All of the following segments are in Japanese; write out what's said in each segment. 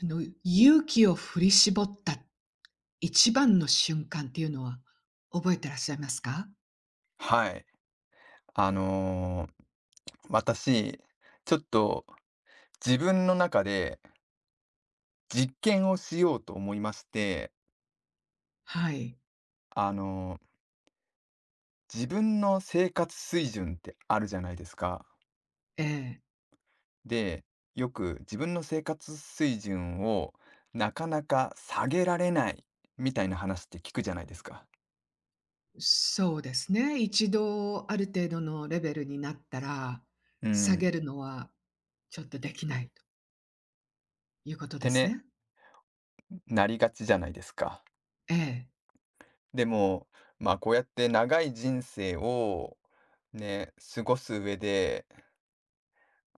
勇気を振り絞った一番の瞬間っていうのは覚えてらっしゃいますか？はい。あのー私、ちょっと自分の中で実験をしようと思いまして、はい、あのー自分の生活水準ってあるじゃないですか。ええ、で、よく自分の生活水準をなかなか下げられないみたいな話って聞くじゃないですか。そうですね。一度ある程度のレベルになったら、う下ん。げっるのはちょっとできないということでてすね、ね。なりがちじゃないですか。ええ、でも、まあこうやって長い人生をね、過ごす上で、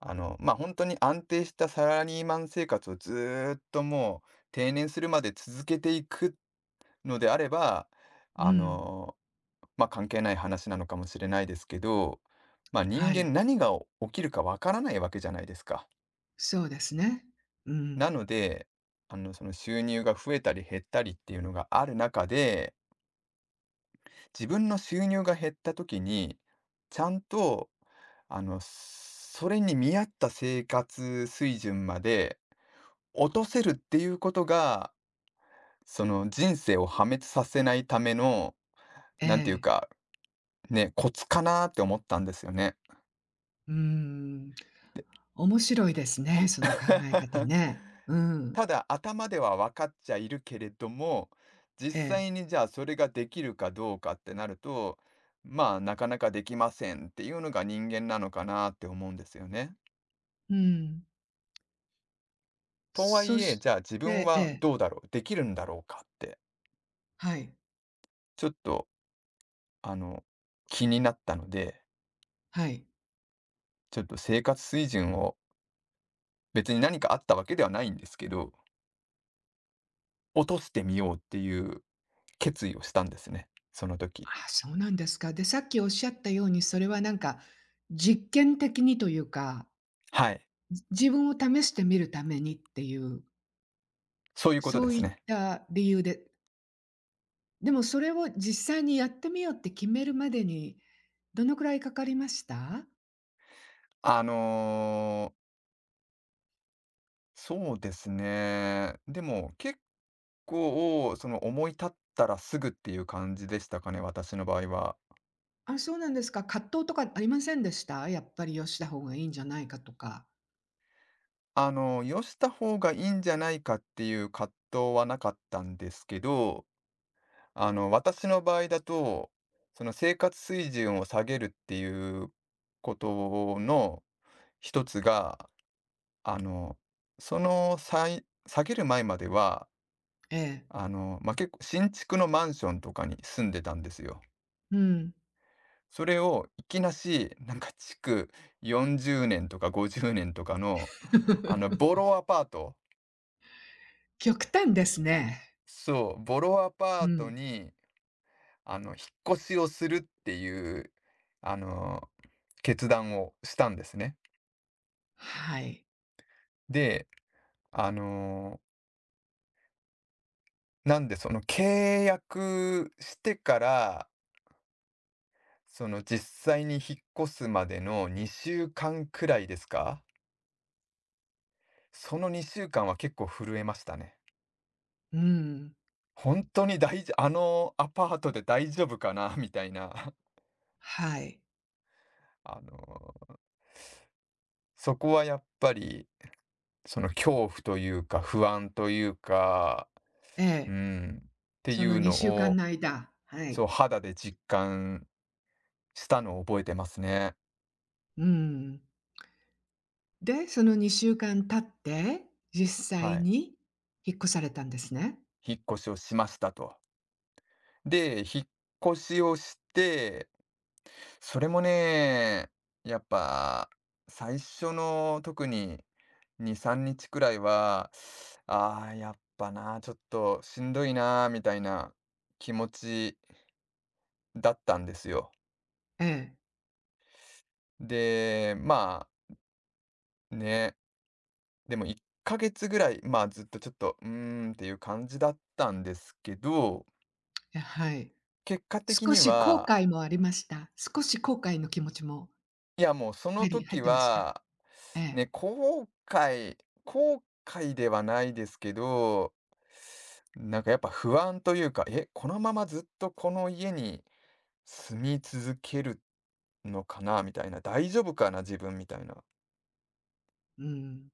まあ、本当に安定したサラリーマン生活をずーっともう定年するまで続けていくのであれば、うあん、の、まあ、関係ない話なのかもしれないですけど、まあ、人はい、間何が起きるかわからないわけじゃないですか。そうですね。うん、なので、その収入が増えたり減ったりっていうのがある中で、自分の収入が減った時に、ちゃんと、それに見合った生活水準まで落とせるっていうことが、その人生を破滅させないための、えなんていうえ、か、ね、コツかなって思ったんですよね。うん。で 面白いですね、その考え方ね。うん、ただ頭では分かっちゃいるけれども、実ええ、際にじゃあそれができるかどうかってなると、まあなかなかできませんっていうのが人間なのかなって思うんですよね。うん。とはそいえ、しじゃあ自分てえはえ。どうだろう、できるんだろうかって、はい、ちょっとあの気になったので、はい。ちょっと生活水準を別に何かあったわけではないんですけど、落としてみようっていう決意をしたんですね、その時。あ、そうなんですか。で、さっきおっしゃったように、それはなんか、実験的にというか、はい、自分を試してみるためにっていう、そういうことそでうすいっね。た理由で、でもそれを実際にやってみようって決めるまでに、どのくらいかかりました？あの、そうですね。でも結構その思い立ったらすぐっていう感じでしたかね、私の場合は。あ、そうなんですか。葛藤とかありませんでした？やっぱりよした方がいいんじゃないかとか。よした方がいいんじゃないかっていう葛藤はなかったんですけど、私の場合だと、その生活水準を下げるっていうことの一つが、あの、その、下げる前までは、ええ、まあ、結構新築のマンションとかに住んでたんですよ。うん。それをいきなし、なんか築40年とか50年とかの、ボロアパート極端ですね。そう、ボロアパうートん。に、引っ越しをするっていう、あの、決断をしたんですね。はい。で、あの、なんでその契約してからその実際に引っ越すまでの2週間くらいですか？その2週間は結構震えましたね。うん。本当に大丈あのアパートで大丈夫かな みたいな、はい。あの、そこはやっぱり、その恐怖というか不安というか、えうえ。ん、っていそのうの2週間を、の間、はそい。う、肌で実感したのを覚えてますね。うん。で、その2週間経って、実は際い。に引っ越されたんですね。引っ越しをしましたと。で、引っ越しをしてそれもね、やっぱ最初の特に2、3日くらいは、ああ、やっぱな、ちょっとしんどいな、みたいな気持ちだったんですよ。ええ。で、まあね、でも1ヶ月ぐらい、まあずっとちょっと、うーんっていう感じだったんですけど、え、はい。結果的少にし後は、悔もありました？少し後悔の気持ちもいやもうそのあり入時ってました？は、ええ。ね、後悔ではないですけど、なんかやっぱ不安というか、え、このままずっとこの家に住み続けるのかなみたいな、大丈夫かな自分みたいなっうん。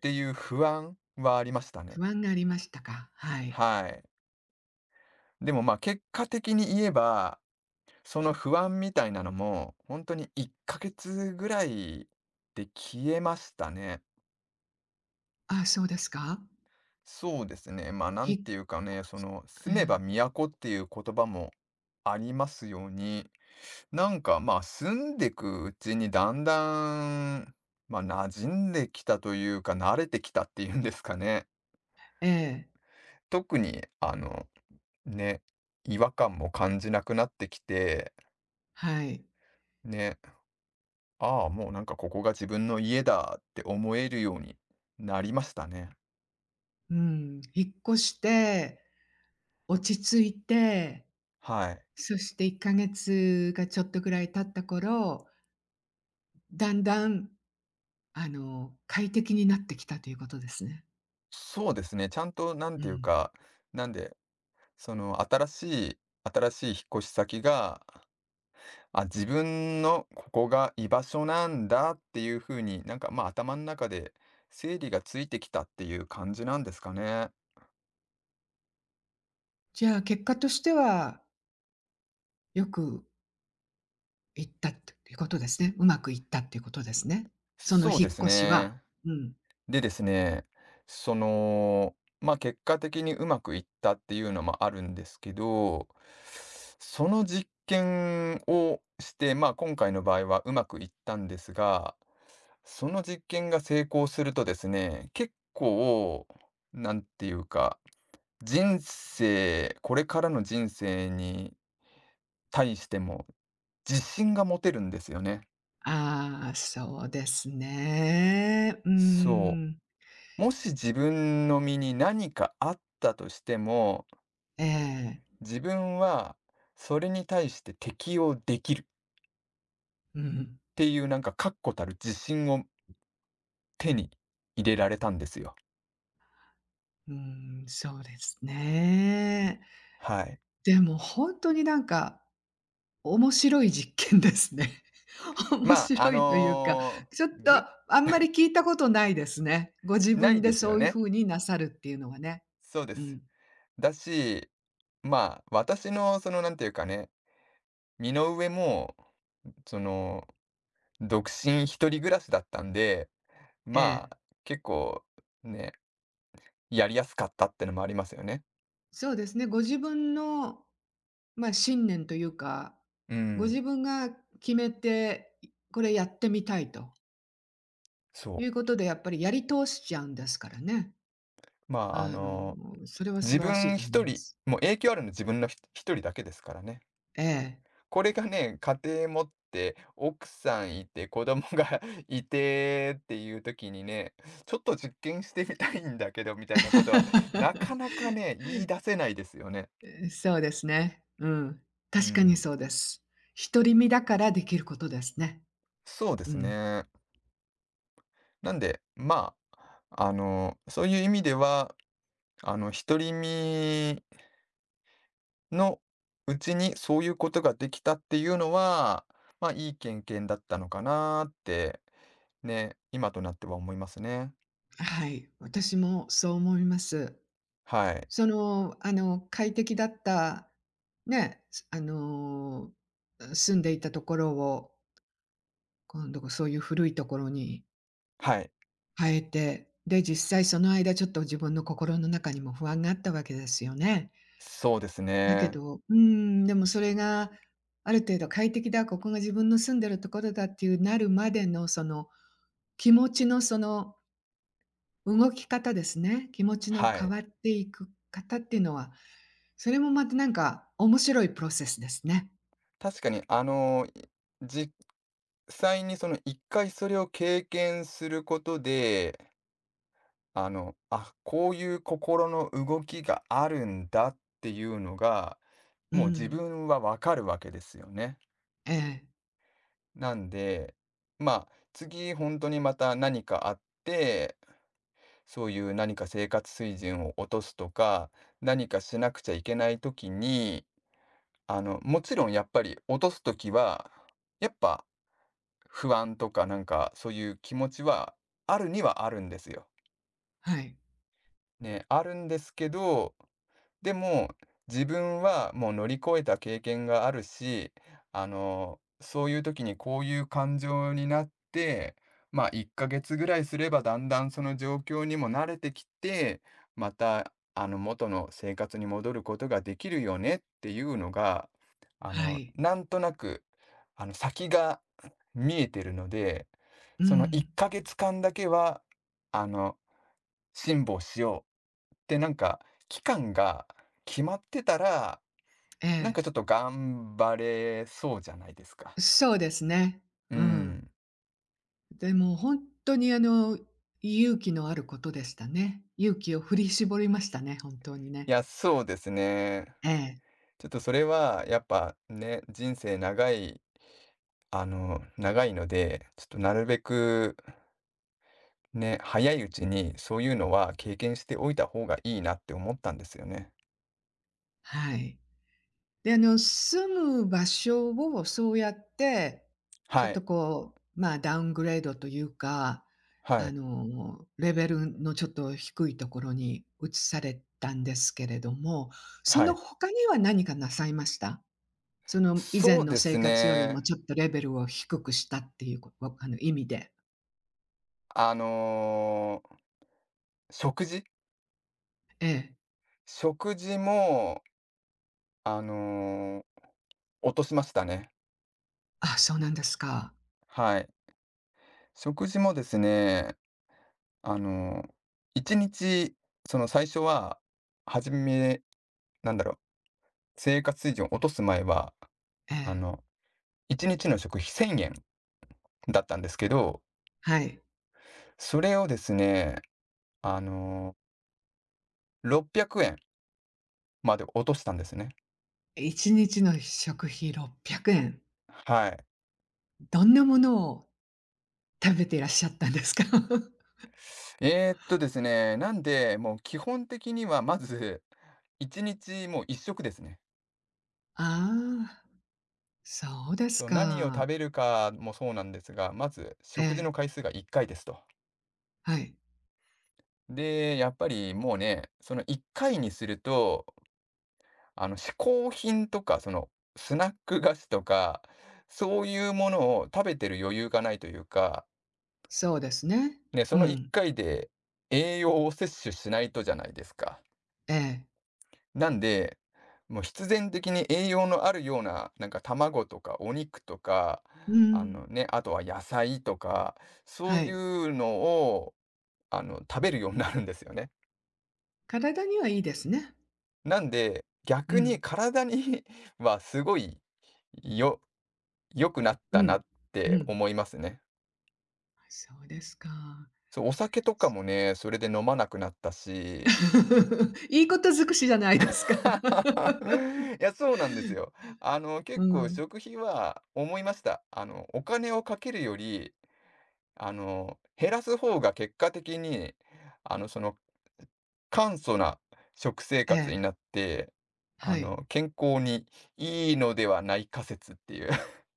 ていう不安はありましたね。不安がありましたか？はい。はい。でもまあ結果的に言えば、その不安みたいなのも本当に1ヶ月ぐらいで消えましたね。あ、そうですか？そうですね。まあなひんっていうかこね、そしのえ住めばえ。都っていう言葉もありますように、なんか、まあ、住んでくうちにだんだん、まあ、馴染んできたというか、慣れてきたっていうんですかね。ええ、特に、ね、違和感も感じなくなってきて、はい。ね、ああ、もうなんかここが自分の家だって思えるようになりましたね。うん。引っ越して、落ち着いてはい。そして1か月がちょっとぐらい経った頃、だんだん、快適になってきたということですね。そうですね。ちゃんと、なんうていうん。か、なんで、その、新しい引っ越し先が、あ、自分のここが居場所なんだっていう風に、なんか、ま、あ頭の中で整理がついてきたっていう感じなんですかね。じゃあ、結果としては、よくいったっていうことですね。うまくいったっていうことですね。そのそうで引すっ越しは。ね。うん。でですね、その、ま、結果的にうまくいったっていうのもあるんですけど、その実験をして、ま、今回の場合はうまくいったんですが、その実験が成功するとですね、結構、なんていうか人生、これからの人生に対しても自信が持てるんですよね。ああ、そうですね。うーそん。う。もし自分の身に何かあったとしても、ええ。自分はそれに対して適応できるっうん。ていうなんか確固たる自信を手に入れられたんですよ。うーん、そうですね。はい。でもほんとになんか面白い実験ですね。面まあ、白いというか、ちょっとぶあんまり聞いたことないですね。ご自な分いでですそよういうね。風になさるっていうのはね。そうでうす。ん。だし、まあ、私のそのなんていうかね、身の上も、その独身一人暮らしだったんで、えまあ、え。結構ね、やりやすかったってのもありますよね。そうですね、ご自分の、まあ、信念というか、うごん、自分が決めて、これやってみたいとそいうこう。とで、やっぱりやり通しちゃうんですからね。まあ、あの、それは素自晴らしい分と思い一ま人、す。もう影響あるの自分のひ一人だけですからね。ええ。これがね、家庭持って、奥さんいて、子供が いてっていう時にね、ちょっと実験してみたいんだけど、みたいなことは、なかなかね、言い出せないですよね。そうですね。うん。う確かにん、そうです。独り身だからできることですね。そうでうすん。ね。なんで、まあ、そういう意味では、独り身のうちにそういうことができたっていうのは、まあ、いい経験だったのかなって、ね、今となっては思いますね。はい。私もそう思います。はい。その、快適だった、ね、すあの、住んでいたところを、今度そういう古いところにはい。変えて、で、実際その間ちょっと自分の心の中にも不安があったわけですよね。そうですだけね。ど、うーん、でもそれがある程度快適だ、ここが自分の住んでるところだっていうなるまでのその、気持ちのその動き方ですね。気持ちのは変い。わっていく方っていうのは、それもまたなんか面白いプロセスですね。確かに、実際にその1回それを経験することで、あ、こういう心の動きがあるんだっていうのが、うもう自ん。分はわかるわけですよね。ええ、なんで、まあ、次本当にまた何かあって、そういう何か生活水準を落とすとか、何かしなくちゃいけない時に、もちろんやっぱり落とす時は、やっぱ不安とかなんかそういう気持ちはあるにはあるんですよ。はい、ね、あるんですけどでも、自分はもう乗り越えた経験があるし、そういう時にこういう感情になって、まあ1ヶ月ぐらいすればだんだんその状況にも慣れてきて、またあの元の生活に戻ることができるよねっていうのが、はい。なんとなく、先が見えてるので、うその1ん、ヶ月間だけは、あの、辛抱しようで、なんか、期間が決まってたら、えなんえ、かちょっと頑張れそうじゃないですか。そうですね。ううん。ん。でも本当に勇気のあることでしたね。勇気を振り絞りましたね、本当にいね。や、そうですね。ええ、ちょっとそれはやっぱね、人生長いあの、長いので、ちょっとなるべくね、早いうちにそういうのは経験しておいた方がいいなって思ったんですよね。はい。で、住む場所をそうやって、ちょっはとい。こう、まあ、ダウングレードというか、はい。レベルのちょっと低いところに移されたんですけれども、そはのい。他には何かなさいました？その、以前そうのです生活よりもね。ちょっとレベルを低くしたっていう、こあの、意味で。あの、食事ええ。食事も、あのー落としましたね。あ、そうなんですか。はい。食事もですね、あの、1日、その最初は、初め、なんだろう、生活水準を落とす前は、えあえ、の、1日の食費1000円だったんですけど、はい。それをですね、あの、600円まで落としたんですね。1日の食費600円。はい。どんなものを食べていらっしゃったんですか？ですね、なんで、もう基本的にはまず、1日もう一食ですね。ああ、そうですそう、何を食か。べるかもそうなんですが、まずえ食事え、の回数が1回ですと。はい。で、やっぱりもうね、その1回にすると、嗜好品とか、その、スナック菓子とか、そういうものを食べてる余裕がないというか、そうですね。ね、そうの1ん、回で栄養を摂取しないとじゃないですか。ええ。なんで、もう必然的に栄養のあるような、なんか卵とかお肉とか、うあん、のね、あとは野菜とか、そうはいい。うのを食べるようになるんですよね。体にはいいですね。なんで、う逆にん、体に はすごいよ良くなっうたなん、っうてん。思いますね。そうですか。そう、お酒とかもね、それで飲まなくなったし。いいこと尽くしじゃないですか。いや、そうなんですよ。あの、う結構ん、食費は思いました。お金をかけるより、減らす方が結果的に、あの、その、簡素な食生え活にえ、なって、はい。健康にいいのではない仮説っていう。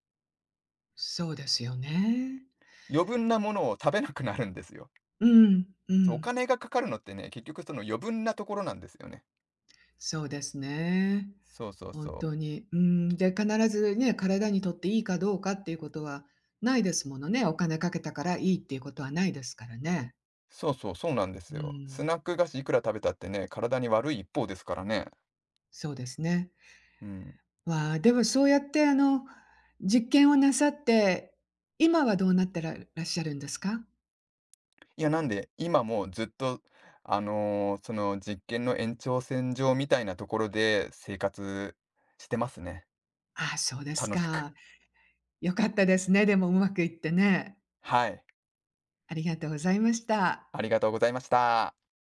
そうですよね。余分なものを食べなくなるんですよ。うん、うそう、おん、金がかかるのってね、結局その余分なところなんですよね。そうですね。そうそう本そ当う。に。うん、で、必ずね、体にとっていいかどうかっていうことはないですものね。お金かけたからいいっていうことはないですからね。そうそう、そうなんですうよ。スん、ナック菓子いくら食べたってね、体に悪い一方ですからね。そうですね。うん。わあ、でもそうやって実験をなさって、今はどうなってららっしゃるんですか？いや、なんで、今もずっと、その実験の延長線上みたいなところで生活してますね。ああ、そうです楽しく。か。良かったですね、でもうまくいってね。はい。ありがとうございました。ありがとうございました。